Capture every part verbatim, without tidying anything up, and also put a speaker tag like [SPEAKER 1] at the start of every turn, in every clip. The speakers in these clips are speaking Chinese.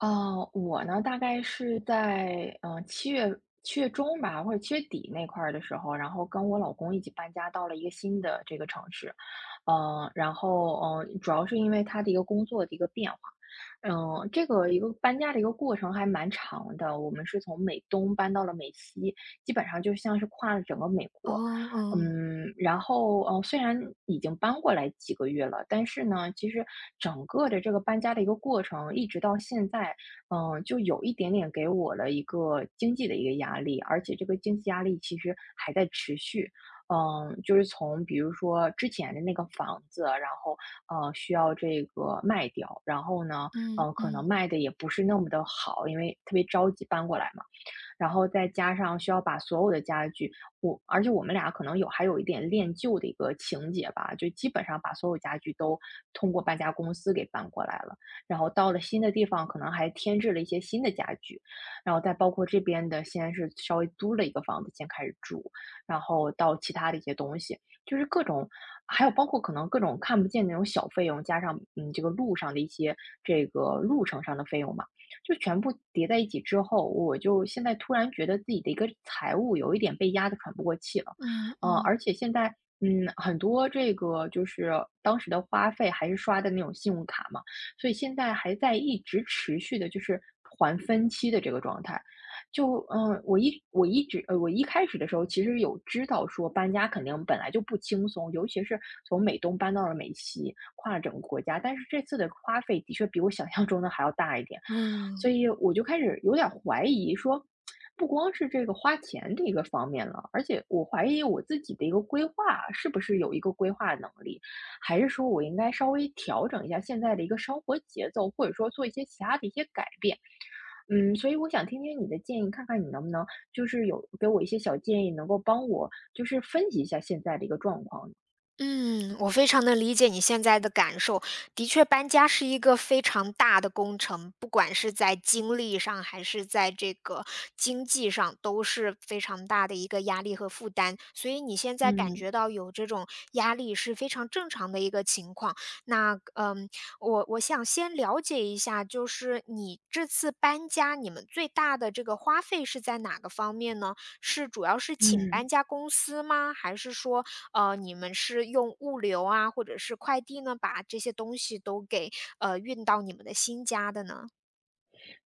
[SPEAKER 1] 哦，我呢，大概是在嗯呃七月七月中吧，或者七月底那块儿的时候，然后跟我老公一起搬家到了一个新的这个城市。嗯，然后嗯，呃主要是因为他的一个工作的一个变化。嗯，这个一个搬家的一个过程还蛮长的，我们是从美东搬到了美西，基本上就像是跨了整个美
[SPEAKER 2] 哦，
[SPEAKER 1] 国。
[SPEAKER 2] 嗯，
[SPEAKER 1] 嗯，然后，呃，虽然已经搬过来几个月了，但是呢，其实整个的这个搬家的一个过程，一直到现在，嗯，就有一点点给我了一个经济的一个压力，而且这个经济压力其实还在持续。嗯，就是从比如说之前的那个房子，然后呃需要这个卖掉，然后呢，嗯、
[SPEAKER 2] 嗯
[SPEAKER 1] 呃，可能
[SPEAKER 2] 嗯
[SPEAKER 1] 卖的也不是那么的好，因为特别着急搬过来嘛。然后再加上需要把所有的家具，我而且我们俩可能有还有一点恋旧的一个情节吧，就基本上把所有家具都通过搬家公司给搬过来了。然后到了新的地方，可能还添置了一些新的家具，然后再包括这边的，先是稍微租了一个房子先开始住，然后到其他的一些东西，就是各种，还有包括可能各种看不见那种小费用，加上嗯这个路上的一些这个路程上的费用吧。就全部叠在一起之后，我就现在突然觉得自己的一个财务有一点被压得喘不过气了。
[SPEAKER 2] 嗯
[SPEAKER 1] 呃，
[SPEAKER 2] 嗯，
[SPEAKER 1] 而且现在，嗯，很多这个就是当时的花费还是刷的那种信用卡嘛，所以现在还在一直持续的就是还分期的这个状态。就嗯，我一我一直呃，我一开始的时候其实有知道说搬家肯定本来就不轻松，尤其是从美东搬到了美西，跨了整个国家。但是这次的花费的确比我想象中的还要大一点。所
[SPEAKER 2] 嗯。
[SPEAKER 1] 以我就开始有点儿怀疑说，不光是这个花钱这个方面了，而且我怀疑我自己的一个规划是不是有一个规划能力，还是说我应该稍微调整一下现在的一个生活节奏，或者说做一些其他的一些改变。嗯，所以我想听听你的建议，看看你能不能就是有给我一些小建议，能够帮我就是分析一下现在的一个状况。
[SPEAKER 2] 嗯，我非常能理解你现在的感受。的确，搬家是一个非常大的工程，不管是在精力上还是在这个经济上，都是非常大的一个压力和负担。所以你现在感
[SPEAKER 1] 嗯。
[SPEAKER 2] 觉到有这种压力是非常正常的一个情况。那嗯，我我想先了解一下，就是你这次搬家，你们最大的这个花费是在哪个方面呢？是主要是请搬
[SPEAKER 1] 嗯
[SPEAKER 2] 家公司吗？还是说呃，你们是用物流啊，或者是快递呢，把这些东西都给，呃，运到你们的新家的呢？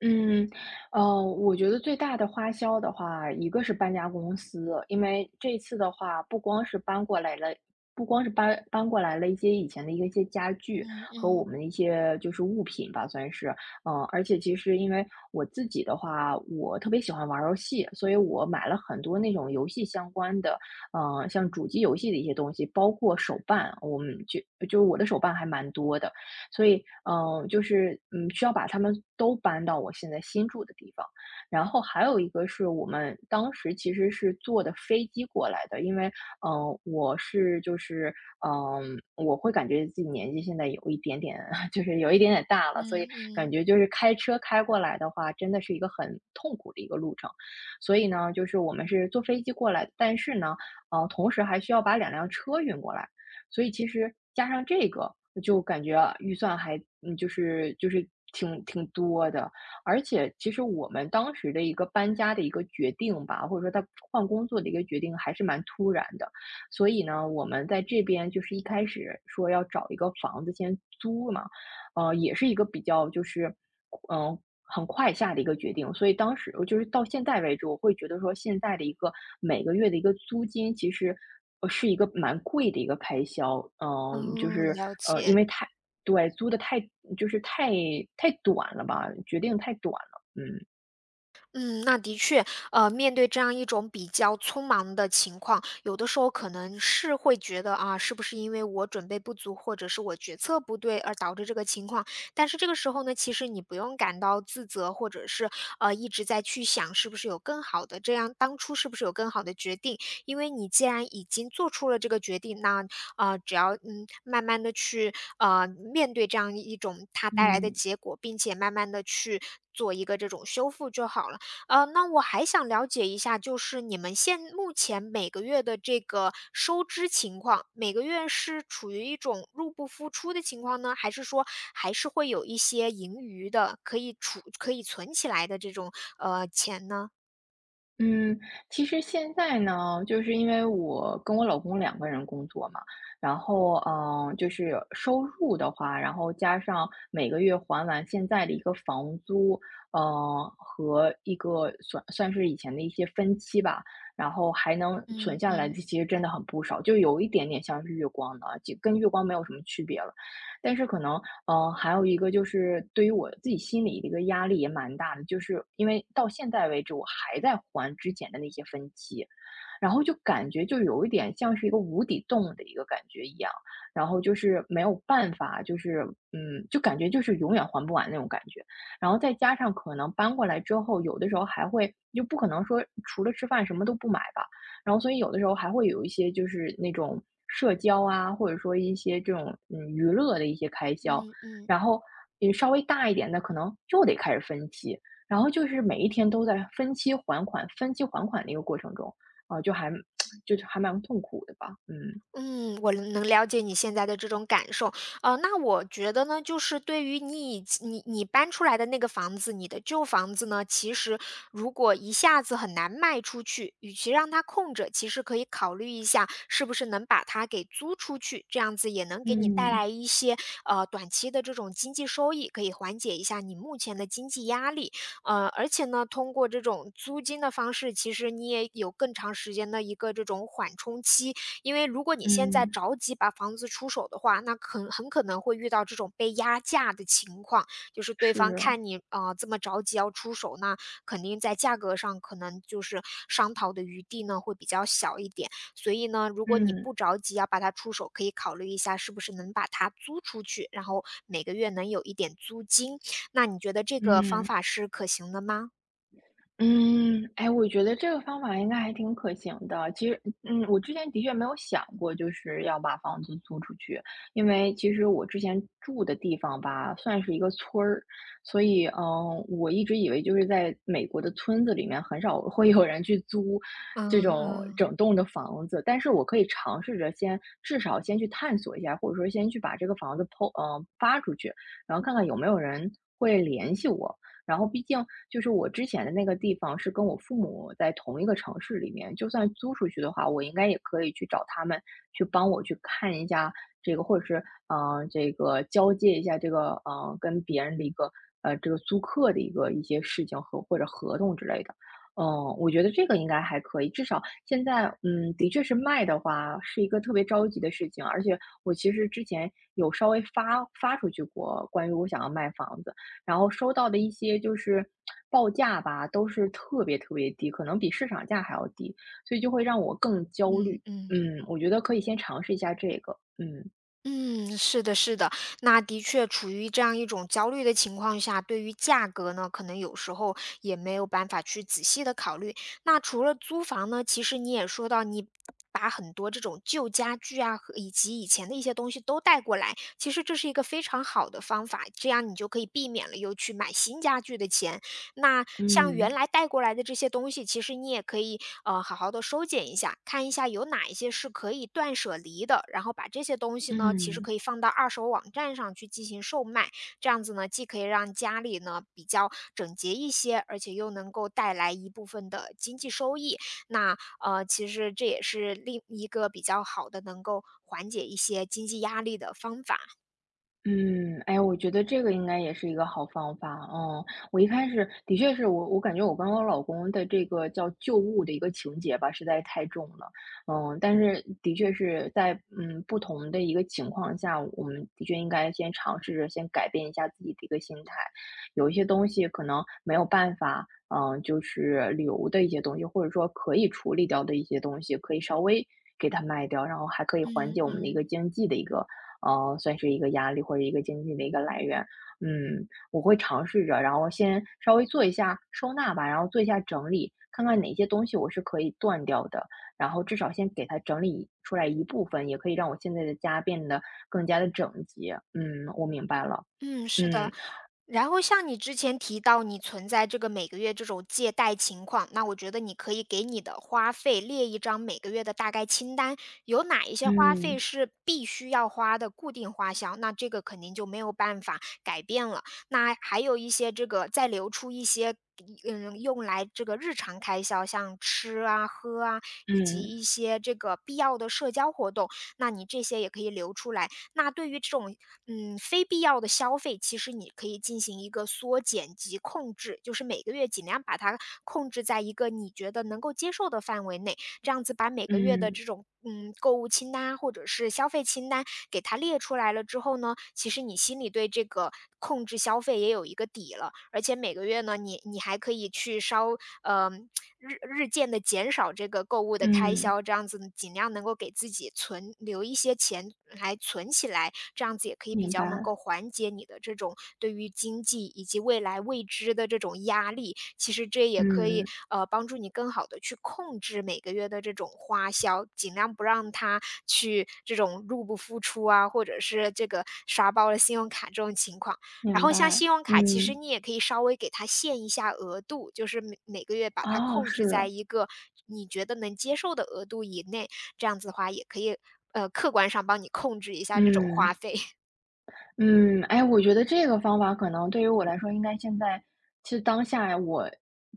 [SPEAKER 1] 嗯。呃，我觉得最大的花销的话，一个是搬家公司。因为这次的话，不光是搬过来了，不光是搬搬过来了一些以前的一个一些家具
[SPEAKER 2] 嗯
[SPEAKER 1] 和我
[SPEAKER 2] 嗯，
[SPEAKER 1] 们的一些就是物品吧，算是。嗯、呃而且其实因为我自己的话，我特别喜欢玩儿游戏，所以我买了很多那种游戏相关的，嗯、呃像主机游戏的一些东西，包括手办。我们就就我的手办还蛮多的。所以，嗯，呃就是嗯，需要把他们都搬到我现在新住的地方。然后还有一个是我们当时其实是坐的飞机过来的。因为，嗯，呃我是就是嗯，呃我会感觉自己年纪现在有一点点 就是有一点点大
[SPEAKER 2] 嗯
[SPEAKER 1] 了，所以感
[SPEAKER 2] 嗯，
[SPEAKER 1] 觉就是开车开过来的话，真的是一个很痛苦的一个路程。所以呢，就是我们是坐飞机过来，但是呢，呃，同时还需要把两辆车运过来。所以其实加上这个，就感觉啊预算还嗯，就是就是挺挺多的。而且其实我们当时的一个搬家的一个决定吧，或者说他换工作的一个决定还是蛮突然的。所以呢，我们在这边就是一开始说要找一个房子先租嘛，呃，也是一个比较就是嗯，呃很快下的一个决定。所以当时我就是到现在为止，我会觉得说现在的一个每个月的一个租金，其实，呃，是一个蛮贵的一个开销。嗯，就
[SPEAKER 2] 哦，
[SPEAKER 1] 是，
[SPEAKER 2] 了
[SPEAKER 1] 呃，
[SPEAKER 2] 解。
[SPEAKER 1] 因为太对，租的太就是太太短了吧，决定太短了，嗯。
[SPEAKER 2] 嗯，那的确，呃，面对这样一种比较匆忙的情况，有的时候可能是会觉得啊，是不是因为我准备不足，或者是我决策不对而导致这个情况？但是这个时候呢，其实你不用感到自责，或者是呃一直在去想是不是有更好的，这样当初是不是有更好的决定？因为你既然已经做出了这个决定，那呃只要嗯慢慢的去呃面对这样一种它带来的
[SPEAKER 1] 嗯。
[SPEAKER 2] 结果，并且慢慢的去做一个这种修复就好了。呃，那我还想了解一下，就是你们现目前每个月的这个收支情况，每个月是处于一种入不敷出的情况呢，还是说还是会有一些盈余的，可以储可以存起来的这种呃钱呢？
[SPEAKER 1] 嗯，其实现在呢，就是因为我跟我老公两个人工作嘛。然后嗯、呃就是收入的话，然后加上每个月还完现在的一个房租，嗯、呃，和一个算算是以前的一些分期吧，然后还能存
[SPEAKER 2] 嗯
[SPEAKER 1] 下来的，
[SPEAKER 2] 嗯。
[SPEAKER 1] 其实真的很不少，就有一点点像是月光的，就跟月光没有什么区别了。但是可能嗯，还有一个就是对于我自己心里的一个压力也蛮大的，就是因为到现在为止我还在还之前的那些分期，然后就感觉就有一点像是一个无底洞的一个感觉一样，然后就是没有办法，就是嗯，就感觉就是永远还不完那种感觉。然后再加上可能搬过来之后，有的时候还会就不可能说除了吃饭什么都不买吧，然后所以有的时候还会有一些就是那种社交啊，或者说一些这种嗯娱乐的一些开销，
[SPEAKER 2] 嗯嗯。
[SPEAKER 1] 然后，也稍微大一点的可能又得开始分期，然后就是每一天都在分期还款、分期还款的一个过程中。啊，就还 就是还蛮痛苦的吧，嗯。
[SPEAKER 2] 嗯，我能能了解你现在的这种感受，呃，那我觉得呢，就是对于你已你你搬出来的那个房子，你的旧房子呢，其实如果一下子很难卖出去，与其让它空着，其实可以考虑一下，是不是能把它给租出去，这样子也能给你带
[SPEAKER 1] 嗯，
[SPEAKER 2] 来一些呃短期的这种经济收益，可以缓解一下你目前的经济压力。呃，而且呢，通过这种租金的方式，其实你也有更长时间的一个这种缓冲期，因为如果你现在
[SPEAKER 1] 嗯，
[SPEAKER 2] 着急把房子出手的话，那很很可能会遇到这种被压价的情况，就是对方
[SPEAKER 1] 是，
[SPEAKER 2] 看你啊这么着急要出手，那肯定在价格上可能就是商讨的余地呢会比较小一点。所以呢，如果你
[SPEAKER 1] 嗯，
[SPEAKER 2] 不着急要把它出手，可以考虑一下是不是能把它租出去，然后每个月能有一点租金。那你觉得这个方
[SPEAKER 1] 嗯。
[SPEAKER 2] 法是可行的吗？
[SPEAKER 1] 嗯，哎，我觉得这个方法应该还挺可行的。其实，嗯，我之前的确没有想过，就是要把房子租出去。因为其实我之前住的地方吧，算是一个村儿，所以，嗯，我一直以为就是在美国的村子里面，很少会有人去租
[SPEAKER 2] 嗯
[SPEAKER 1] 这种
[SPEAKER 2] 嗯
[SPEAKER 1] 整栋的房子。但是我可以尝试着先，至少先去探索一下，或者说先去把这个房子抛，嗯，发出去，然后看看有没有人会联系我。然后毕竟就是我之前的那个地方是跟我父母在同一个城市里面，就算租出去的话，我应该也可以去找他们去帮我去看一下这个，或者是嗯，呃这个交接一下这个嗯，呃跟别人的一个呃，这个租客的一个一些事情和或者合同之类的。嗯，我觉得这个应该还可以，至少现在，嗯，的确是卖的话是一个特别着急的事情。而且我其实之前有稍微发发出去过关于我想要卖房子，然后收到的一些就是报价吧，都是特别特别低，可能比市场价还要低，所以就会让我更焦虑。
[SPEAKER 2] 嗯嗯。
[SPEAKER 1] 嗯，我觉得可以先尝试一下这个。嗯。
[SPEAKER 2] 嗯，是的，是的，那的确处于这样一种焦虑的情况下，对于价格呢，可能有时候也没有办法去仔细的考虑。那除了租房呢，其实你也说到，你把很多这种旧家具啊，和以及以前的一些东西都带过来，其实这是一个非常好的方法，这样你就可以避免了又去买新家具的钱，那像原
[SPEAKER 1] 嗯
[SPEAKER 2] 来带过来的这些东西，其实你也可以呃好好的收捡一下，看一下有哪一些是可以断舍离的，然后把这些东西呢，其实
[SPEAKER 1] 嗯。
[SPEAKER 2] 可以放到二手网站上去进行售卖。这样子呢，既可以让家里呢比较整洁一些，而且又能够带来一部分的经济收益。那呃，其实这也是另一个比较好的能够缓解一些经济压力的方法。
[SPEAKER 1] 嗯，哎，我觉得这个应该也是一个好方法，嗯。我一开始的确是我我感觉我跟我老公的这个叫旧物的一个情节吧，实在太重了。嗯，但是的确是在，嗯，不同的一个情况下，我们的确应该先尝试着先改变一下自己的一个心态。有一些东西可能没有办法，嗯，就是留的一些东西，或者说可以处理掉的一些东西，可以稍微给它卖掉，然后还可以缓
[SPEAKER 2] 嗯
[SPEAKER 1] 解我们的一个
[SPEAKER 2] 嗯。
[SPEAKER 1] 经济的一个呃，算是一个压力或者一个经济的一个来源。嗯，我会尝试着，然后先稍微做一下收纳吧，然后做一下整理，看看哪些东西我是可以断掉的，然后至少先给它整理出来一部分，也可以让我现在的家变得更加的整洁。嗯，我明白了。
[SPEAKER 2] 嗯，是的。
[SPEAKER 1] 嗯
[SPEAKER 2] 然后像你之前提到你存在这个每个月这种借贷情况，那我觉得你可以给你的花费列一张每个月的大概清单，有哪一些花费
[SPEAKER 1] 嗯
[SPEAKER 2] 是必须要花的固定花销，那这个肯定就没有办法改变了。那还有一些这个再留出一些，嗯，用来这个日常开销，像吃啊、喝啊，以及
[SPEAKER 1] 嗯
[SPEAKER 2] 一些这个必要的社交活动，那你这些也可以留出来。那对于这种嗯非必要的消费，其实你可以进行一个缩减及控制，就是每个月尽量把它控制在一个你觉得能够接受的范围内，这样子把每个月的
[SPEAKER 1] 嗯
[SPEAKER 2] 这种嗯购物清单啊或者是消费清单给它列出来了之后呢，其实你心里对这个控制消费也有一个底了，而且每个月呢，你你还可以去稍呃日日渐的减少这个购物的开
[SPEAKER 1] 嗯，
[SPEAKER 2] 销，这样子尽量能够给自己存留一些钱钱来存起来，这样子也可以比
[SPEAKER 1] 明
[SPEAKER 2] 较能
[SPEAKER 1] 白。
[SPEAKER 2] 够缓解你的这种对于经济以及未来未知的这种压力。其实这也可以，
[SPEAKER 1] 嗯，
[SPEAKER 2] 呃，帮助你更好的去控制每个月的这种花销，尽量不让它去这种入不敷出啊，或者是这个刷爆了信用卡这种情况。然
[SPEAKER 1] 明
[SPEAKER 2] 后像
[SPEAKER 1] 白。
[SPEAKER 2] 信用卡，其实
[SPEAKER 1] 嗯，
[SPEAKER 2] 你也可以稍微给它限一下额度，就是每每个月把它
[SPEAKER 1] 哦，
[SPEAKER 2] 控制
[SPEAKER 1] 是，
[SPEAKER 2] 在一个你觉得能接受的额度以内，这样子的话也可以，呃，客观上帮你控制一下这种
[SPEAKER 1] 嗯。
[SPEAKER 2] 花费。
[SPEAKER 1] 嗯，哎，我觉得这个方法可能对于我来说，应该现在是当下我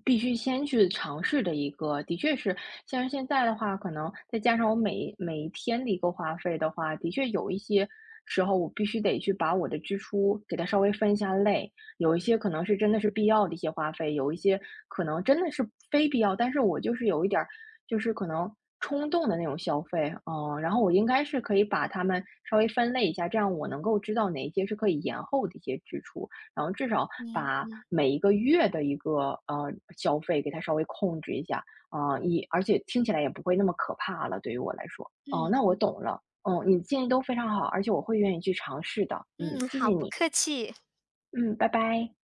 [SPEAKER 1] 必须先去尝试的一个。的确是，像现在的话，可能再加上我每每一天的一个花费的话，的确有一些时候我必须得去把我的支出给它稍微分一下类。有一些可能是真的是必要的一些花费，有一些可能真的是非必要，但是我就是有一点儿就是可能冲动的那种消费，嗯，然后我应该是可以把它们稍微分类一下，这样我能够知道哪一些是可以延后的一些支出，然后至少
[SPEAKER 2] 嗯
[SPEAKER 1] 把
[SPEAKER 2] 嗯。
[SPEAKER 1] 每一个月的一个呃消费给它稍微控制一下。啊、一而且听起来也不会那么可怕了，对于我来说。哦、那我
[SPEAKER 2] 嗯
[SPEAKER 1] 懂了，嗯，你的建议都非常好，而且我会愿意去尝试的，嗯，
[SPEAKER 2] 嗯，
[SPEAKER 1] 谢谢
[SPEAKER 2] 好，不
[SPEAKER 1] 你，
[SPEAKER 2] 客气。
[SPEAKER 1] 嗯，拜拜。